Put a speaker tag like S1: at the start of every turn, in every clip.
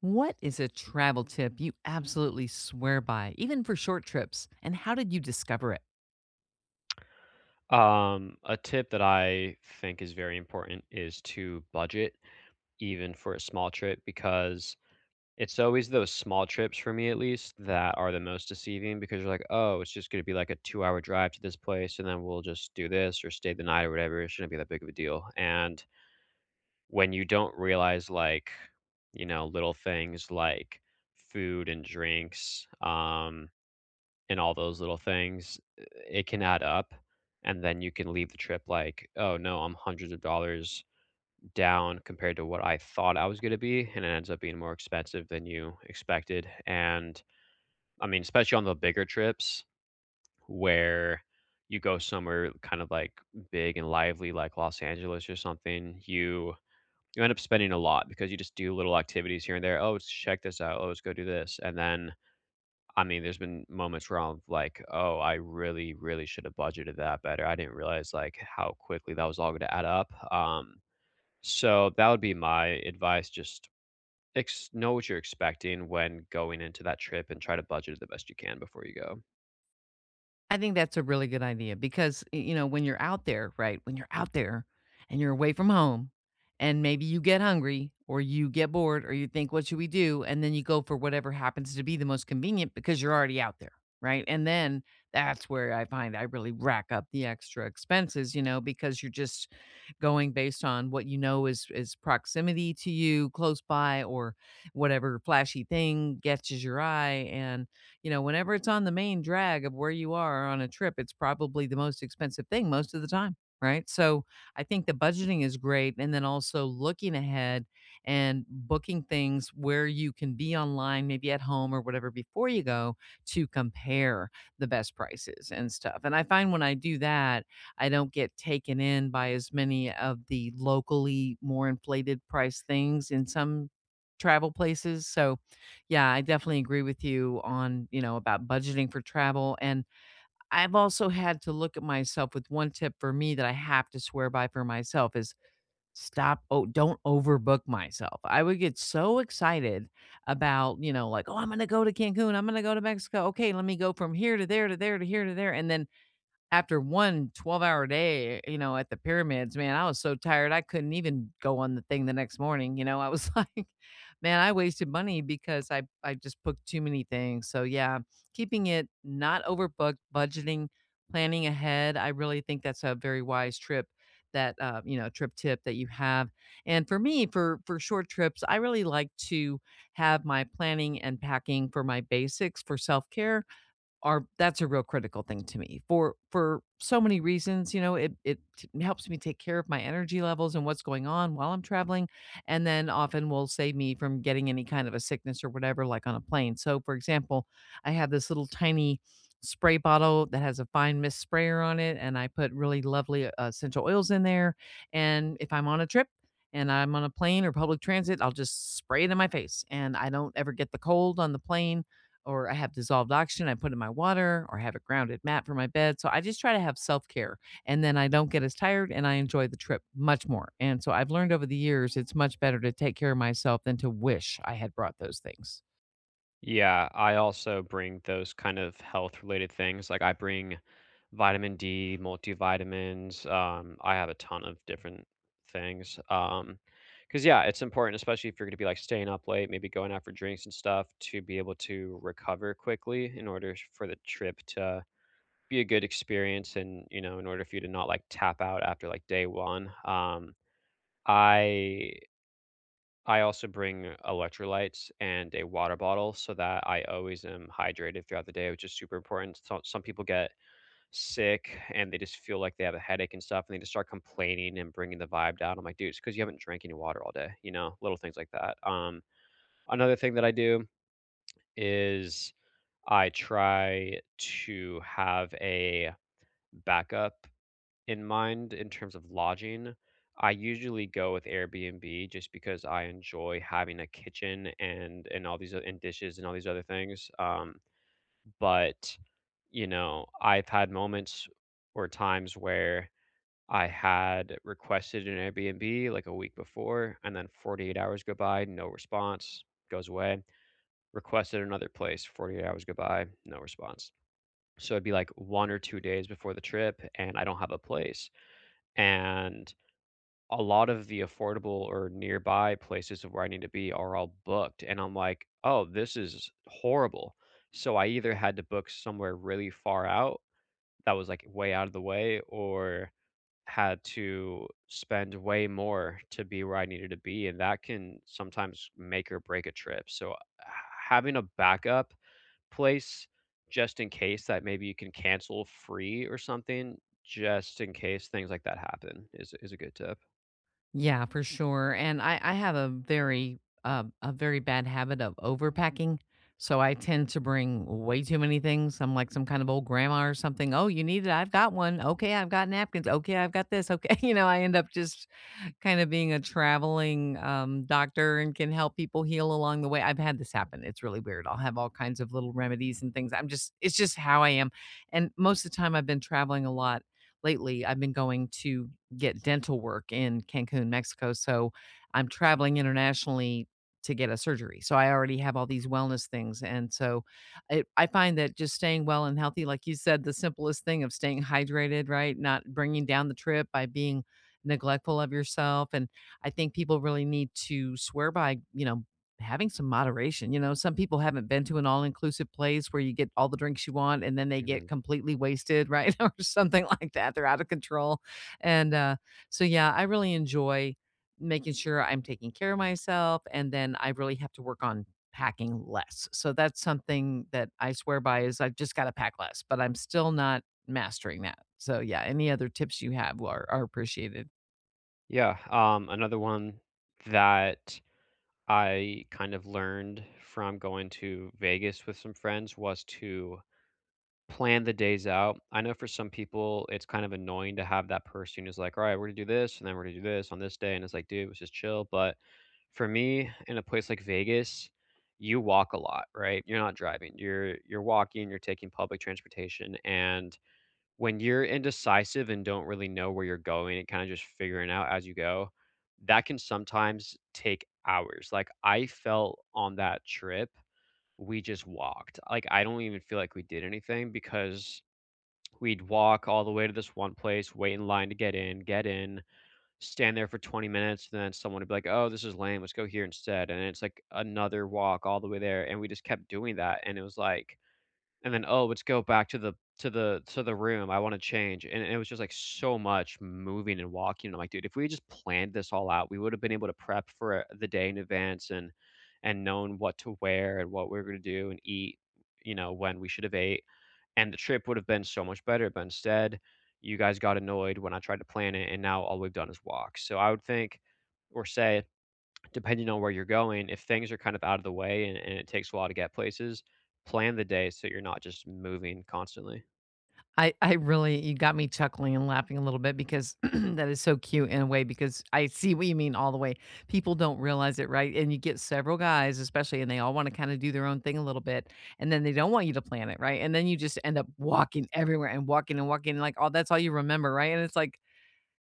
S1: What is a travel tip you absolutely swear by, even for short trips? And how did you discover it?
S2: A tip that I think is very important is to budget even for a small trip because it's always those small trips for me at least that are the most deceiving because you're like, oh, it's just going to be like a 2 hour drive to this place and then we'll just do this or stay the night or whatever. It shouldn't be that big of a deal. And when you don't realize like, you know, little things like food and drinks, and all those little things, it can add up, and then you can leave the trip like, "Oh, no, I'm hundreds of dollars down compared to what I thought I was gonna be," and it ends up being more expensive than you expected, and, I mean, especially on the bigger trips where you go somewhere kind of, like, big and lively like Los Angeles or something, you end up spending a lot because you just do little activities here and there, "Oh, let's check this out. Oh, let's go do this," and then I mean, there's been moments where I'm like, "Oh, I really, really should have budgeted that better. I didn't realize, like, how quickly that was all gonna add up." So that would be my advice, just ex know what you're expecting when going into that trip and try to budget it the best you can before you go.
S1: I think that's a really good idea because, y you know, when you're out there, right? When you're out there and you're away from home and maybe you get hungry or you get bored or you think, "What should we do?" And then you go for whatever happens to be the most convenient because you're already out there, right? And then that's where I find I really rack up the extra expenses, you know, because you're just going based on what you know is proximity to you, close by, or whatever flashy thing catches your eye, and you know, whenever it's on the main drag of where you are on a trip, it's probably the most expensive thing most of the time. Right. So I think the budgeting is great. And then also looking ahead and booking things where you can be online, maybe at home or whatever before you go to compare the best prices and stuff. And I find when I do that, I don't get taken in by as many of the locally more inflated price things in some travel places. So yeah, I definitely agree with you on, you know, about budgeting for travel. And I've also had to look at myself with one tip for me that I have to swear by for myself is stop. Oh, don't overbook myself. I would get so excited about, you know, like, oh, I'm going to go to Cancun. I'm going to go to Mexico. Okay, let me go from here to there to there to here to there. And then after one 12-hour day, you know, at the pyramids, man, I was so tired, I couldn't even go on the thing the next morning, you know? I was like, "Man, I wasted money because I just booked too many things." So, yeah, keeping it not overbooked, budgeting, planning ahead, I really think that's a very wise trip that, you know, trip tip that you have. And for me, for short trips, I really like to have my planning and packing for my basics for self-care, are that's a real critical thing to me for so many reasons. You know, helps me take care of my energy levels and what's going on while I'm traveling, and then often will save me from getting any kind of a sickness or whatever like on a plane. So for example, I have this little tiny spray bottle that has a fine mist sprayer on it, and I put really lovely essential oils in there. And if I'm on a trip and I'm on a plane or public transit, I'll just spray it in my face and I don't ever get the cold on the plane. Or I have dissolved oxygen I put in my water, or I have a grounded mat for my bed. So I just try to have self care, and then I don't get as tired and I enjoy the trip much more. And so I've learned over the years it's much better to take care of myself than to wish I had brought those things.
S2: Yeah, I also bring those kind of health-related things, like, I bring Vitamin D, multivitamins, I have a ton of different things, because, yeah, it's important, especially if you're gonna be, like, staying up late, maybe going out for drinks and stuff to be able to recover quickly in order sh for the trip to be a good experience and, you know, in order for you to not, like, tap out after, like, day 1. I I also bring electrolytes and a water bottle so that I always am hydrated throughout the day, which is super important. So some people get sick and they just feel like they have a headache and stuff and they just start complaining and bringing the vibe down. I'm like, dude, it's because you haven't drank any water all day, you know, little things like that. Another thing that I do is I try to have a backup in mind in terms of lodging. I usually go with Airbnb just because I enjoy having a kitchen and all these and dishes and all these other things. But you know, I've had moments or times where I had requested an Airbnb like a week before, and then 48 hours go by, no response, goes away. Requested another place, 48 hours go by, no response. So it'd be like 1 or 2 days before the trip, and I don't have a place. And a lot of the affordable or nearby places of where I need to be are all booked. And I'm like, oh, this is horrible. So I either had to book somewhere really far out that was like way out of the way, or had to spend way more to be where I needed to be, and that can sometimes make or break a trip. So, having a backup place just in case that maybe you can cancel free or something, just in case things like that happen, is a good tip.
S1: Yeah, for sure. And I have a very bad habit of overpacking. So I tend to bring way too many things. I'm like some kind of old grandma or something. Oh, you need it? I've got one. Okay, I've got napkins. Okay, I've got this. Okay, you know, I end up just kind of being a traveling, doctor and can help people heal along the way. I've had this happen. It's really weird. I'll have all kinds of little remedies and things. I'm just it's just how I am, and most of the time I've been traveling a lot lately. I've been going to get dental work in Cancun, Mexico, so I'm traveling internationally to get a surgery. So I already have all these wellness things, and so it I find that just staying well and healthy, like you said, the simplest thing of staying hydrated, right? Not bringing down the trip by being neglectful of yourself. And I think people really need to swear by, you know, having some moderation. You know, some people haven't been to an all inclusive place where you get all the drinks you want and then they
S2: Mhm.
S1: get completely wasted, right? or something like that. They're out of control. And so, yeah, I really enjoy making sure I'm taking care of myself. And then I really have to work on packing less. So that's something that I swear by is I've just got to pack less, but I'm still not mastering that. So yeah, any other tips you have are appreciated.
S2: Yeah. Another one that I kind of learned from going to Vegas with some friends was to plan the days out. I know for some people, it's kind of annoying to have that person who's like, all right, we're going to do this and then we're going to do this on this day. And it's like, dude, let's just chill. But for me, in a place like Vegas, you walk a lot, right? You're not driving. You're walking, you're taking public transportation and when you're indecisive and don't really know where you're going and kind of just figuring out as you go, that can sometimes take hours. Like I felt on that trip, we just walked. Like I don't even feel like we did anything because we'd walk all the way to this one place, wait in line to get in, stand there for 20 minutes, and then someone would be like, "Oh, this is lame. Let's go here instead." And it's like another walk all the way there, and we just kept doing that, and it was like and then, "Oh, let's go back to the room. I wanna change." And it was just, like, so much moving and walking, and I'm like, "Dude, if we just planned this all out, we would've been able to prep for the day in advance and known what to wear and what we're gonna do and eat, you know, when we should've ate," and the trip would have been so much better, but instead, you guys got annoyed when I tried to plan it, and now all we've done is walk. So I would think or say, depending on where you're going, if things are kind of out of the way and it takes a while to get places, plan the day so you're not just moving constantly.
S1: I really. You got me chuckling and laughing a little bit because that is so cute in a way because I see what you mean all the way. People don't realize it, right? And you get several guys, especially, and they all want to kind of do their own thing a little bit, and then they don't want you to plan it, right? And then you just end up walking everywhere and walking and walking, and like oh, that's all you remember, right? And it's like,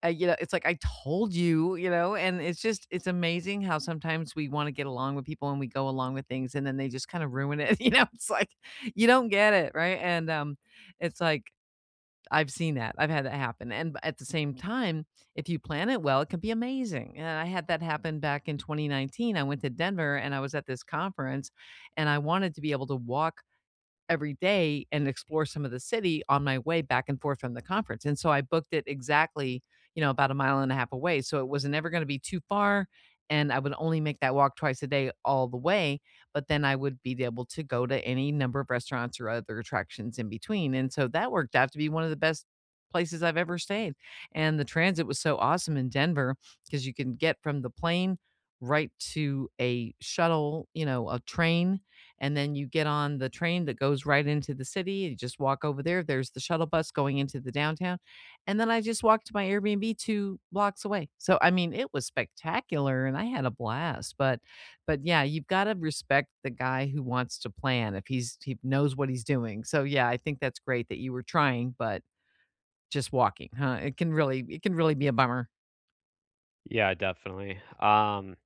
S1: you know, it's like I told you, you know, and it's just it's amazing how sometimes we want to get along with people and we go along with things, and then they just kind of ruin it, you know. It's like you don't get it, right? And it's like I've seen that. I've had that happen, and at the same time, if you plan it well, it can be amazing, and I had that happen back in 2019. I went to Denver and I was at this conference, and I wanted to be able to walk every day and explore some of the city on my way back and forth from the conference. And so I booked it exactly, you know, about a mile and a half away. So it was never going to be too far. And I would only make that walk twice a day all the way. But then I would be able to go to any number of restaurants or other attractions in between. And so that worked out to be one of the best places I've ever stayed. And the transit was so awesome in Denver because you can get from the plane right to a shuttle, you know, a train, and then you get on the train that goes right into the city. You just walk over there. There's the shuttle bus going into the downtown. And then I just walked to my Airbnb 2 blocks away. So I mean, it was spectacular and I had a blast, but yeah, you've got to respect the guy who wants to plan if he knows what he's doing. So yeah, I think that's great that you were trying, but just walking, huh? It can really be a bummer.
S2: Yeah, definitely.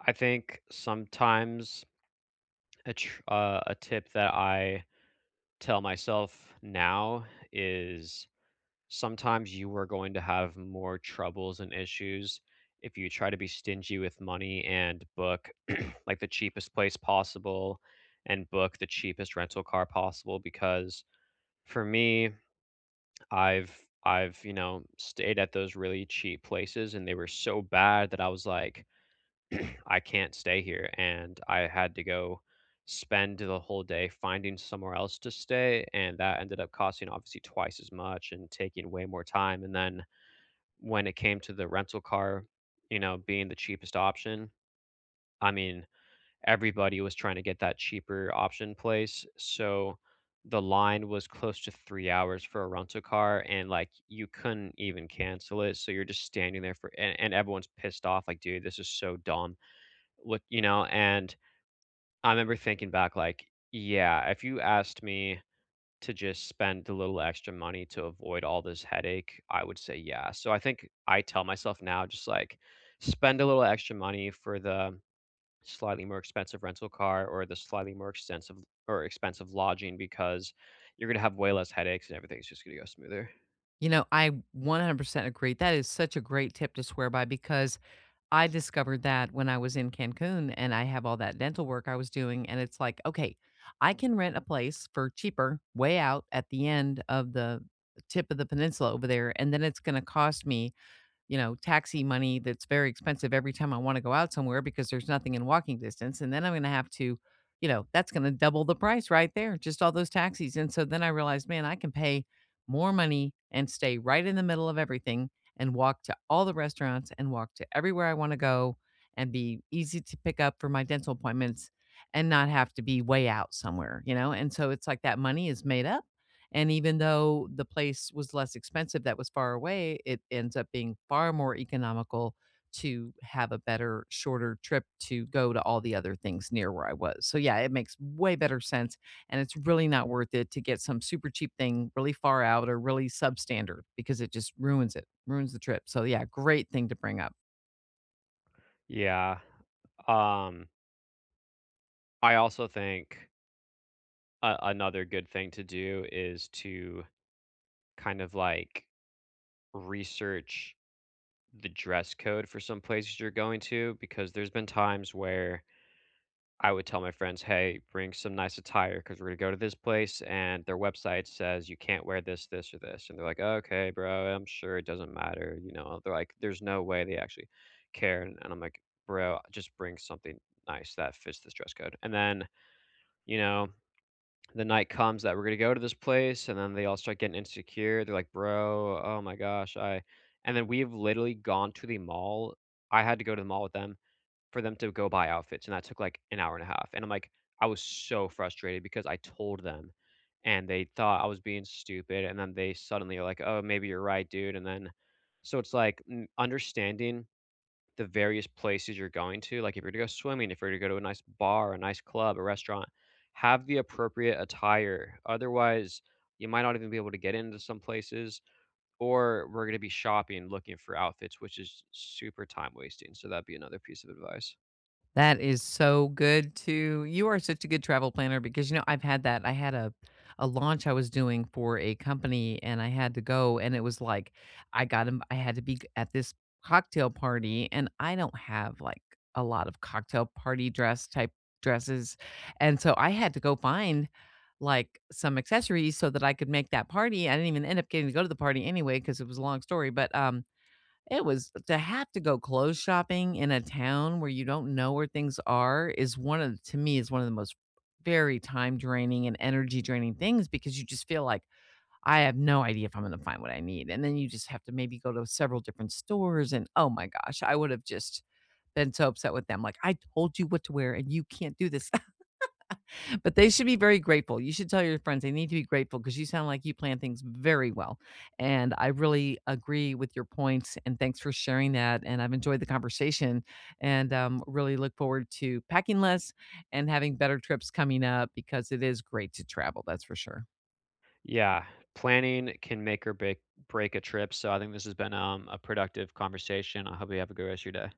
S2: I think sometimes a tip that I tell myself now is sometimes you are going to have more troubles and issues if you try to be stingy with money and book like the cheapest place possible and book the cheapest rental car possible because for me I've I've you know stayed at those really cheap places and they were so bad that I was like I can't stay here and I had to go spend the whole day finding somewhere else to stay and that ended up costing obviously twice as much and taking way more time and then when it came to the rental car, you know, being the cheapest option, I mean, everybody was trying to get that cheaper option place. So the line was close to 3 hours for a rental car, and like you couldn't even cancel it. So you're just standing there and everyone's pissed off, like, dude, this is so dumb. Look, you know, and I remember thinking back, like, yeah, if you asked me to just spend a little extra money to avoid all this headache, I would say yeah. So I think I tell myself now just like spend a little extra money for the slightly more expensive rental car or the slightly more extensive or expensive lodging because you're going to have way less headaches and everything's just going to go smoother.
S1: You know, I 100% agree. That is such a great tip to swear by because I discovered that when I was in Cancun and I have all that dental work I was doing. And it's like, okay, I can rent a place for cheaper way out at the end of the tip of the peninsula over there. And then it's going to cost me, you know, taxi money that's very expensive every time I wanna go out somewhere because there's nothing in walking distance, and then I'm gonna have to, you know, that's gonna double the price right there, just all those taxis, and so then I realized, man, I can pay more money and stay right in the middle of everything and walk to all the restaurants and walk to everywhere I wanna go and be easy to pick up for my dental appointments and not have to be way out somewhere, you know, and so it's like that money is made up. And even though the place was less expensive that was far away, it ends up being far more economical to have a better, shorter trip to go to all the other things near where I was. So, yeah, it makes way better sense. And it's really not worth it to get some super cheap thing really far out or really substandard because it just ruins it, ruins the trip. So, yeah, great thing to bring up.
S2: Yeah. Um I also think another good thing to do is to kind of like research the dress code for some places you're going to because there's been times where I would tell my friends, "Hey, bring some nice attire because we're gonna go to this place and their website says you can't wear this, this, or this," and they're like, "Okay, bro, I'm sure it doesn't matter." You know, they're like, "There's no way they actually care," and I'm like, "Bro, just bring something nice that fits this dress code." And then you know the night comes that we're gonna go to this place, and then they all start getting insecure. They're like, "Bro, oh my gosh, I" and then we've literally gone to the mall. I had to go to the mall with them for them to go buy outfits, and that took like an hour and a half. And I'm like, I was so frustrated because I told them, and they thought I was being stupid, and then they suddenly are like, "Oh, maybe you're right, dude." And then so it's like understanding the various places you're going to. Like, if you're gonna go swimming, if you're gonna go to a nice bar, a nice club, a restaurant, have the appropriate attire. Otherwise, you might not even be able to get into some places, or we're gonna be shopping looking for outfits, which is super time wasting. So that'd be another piece of advice.
S1: That is so good too. You are such a good travel planner because you know I've had that. I had a launch I was doing for a company and I had to go and it was like I got him I had to be at this cocktail party and I don't have like a lot of cocktail party dress type dresses. And so I had to go find like some accessories so that I could make that party. I didn't even end up getting to go to the party anyway because it was a long story, but it was. To have to go clothes shopping in a town where you don't know where things are is one of, to me, is one of the most very time draining and energy draining things, because you just feel like, "I have no idea if I'm gonna find what I need," and then you just have to maybe go to several different stores and, oh my gosh, I would have just been so upset with them, like, "I told you what to wear, and you can't do this." But they should be very grateful. You should tell your friends they need to be grateful because you sound like you plan things very well. And I really agree with your points. And thanks for sharing that. And I've enjoyed the conversation and really look forward to packing less and having better trips coming up because it is great to travel. That's for sure.
S2: Yeah, planning can make or break a trip. So I think this has been a productive conversation. I hope you have a good rest of your day.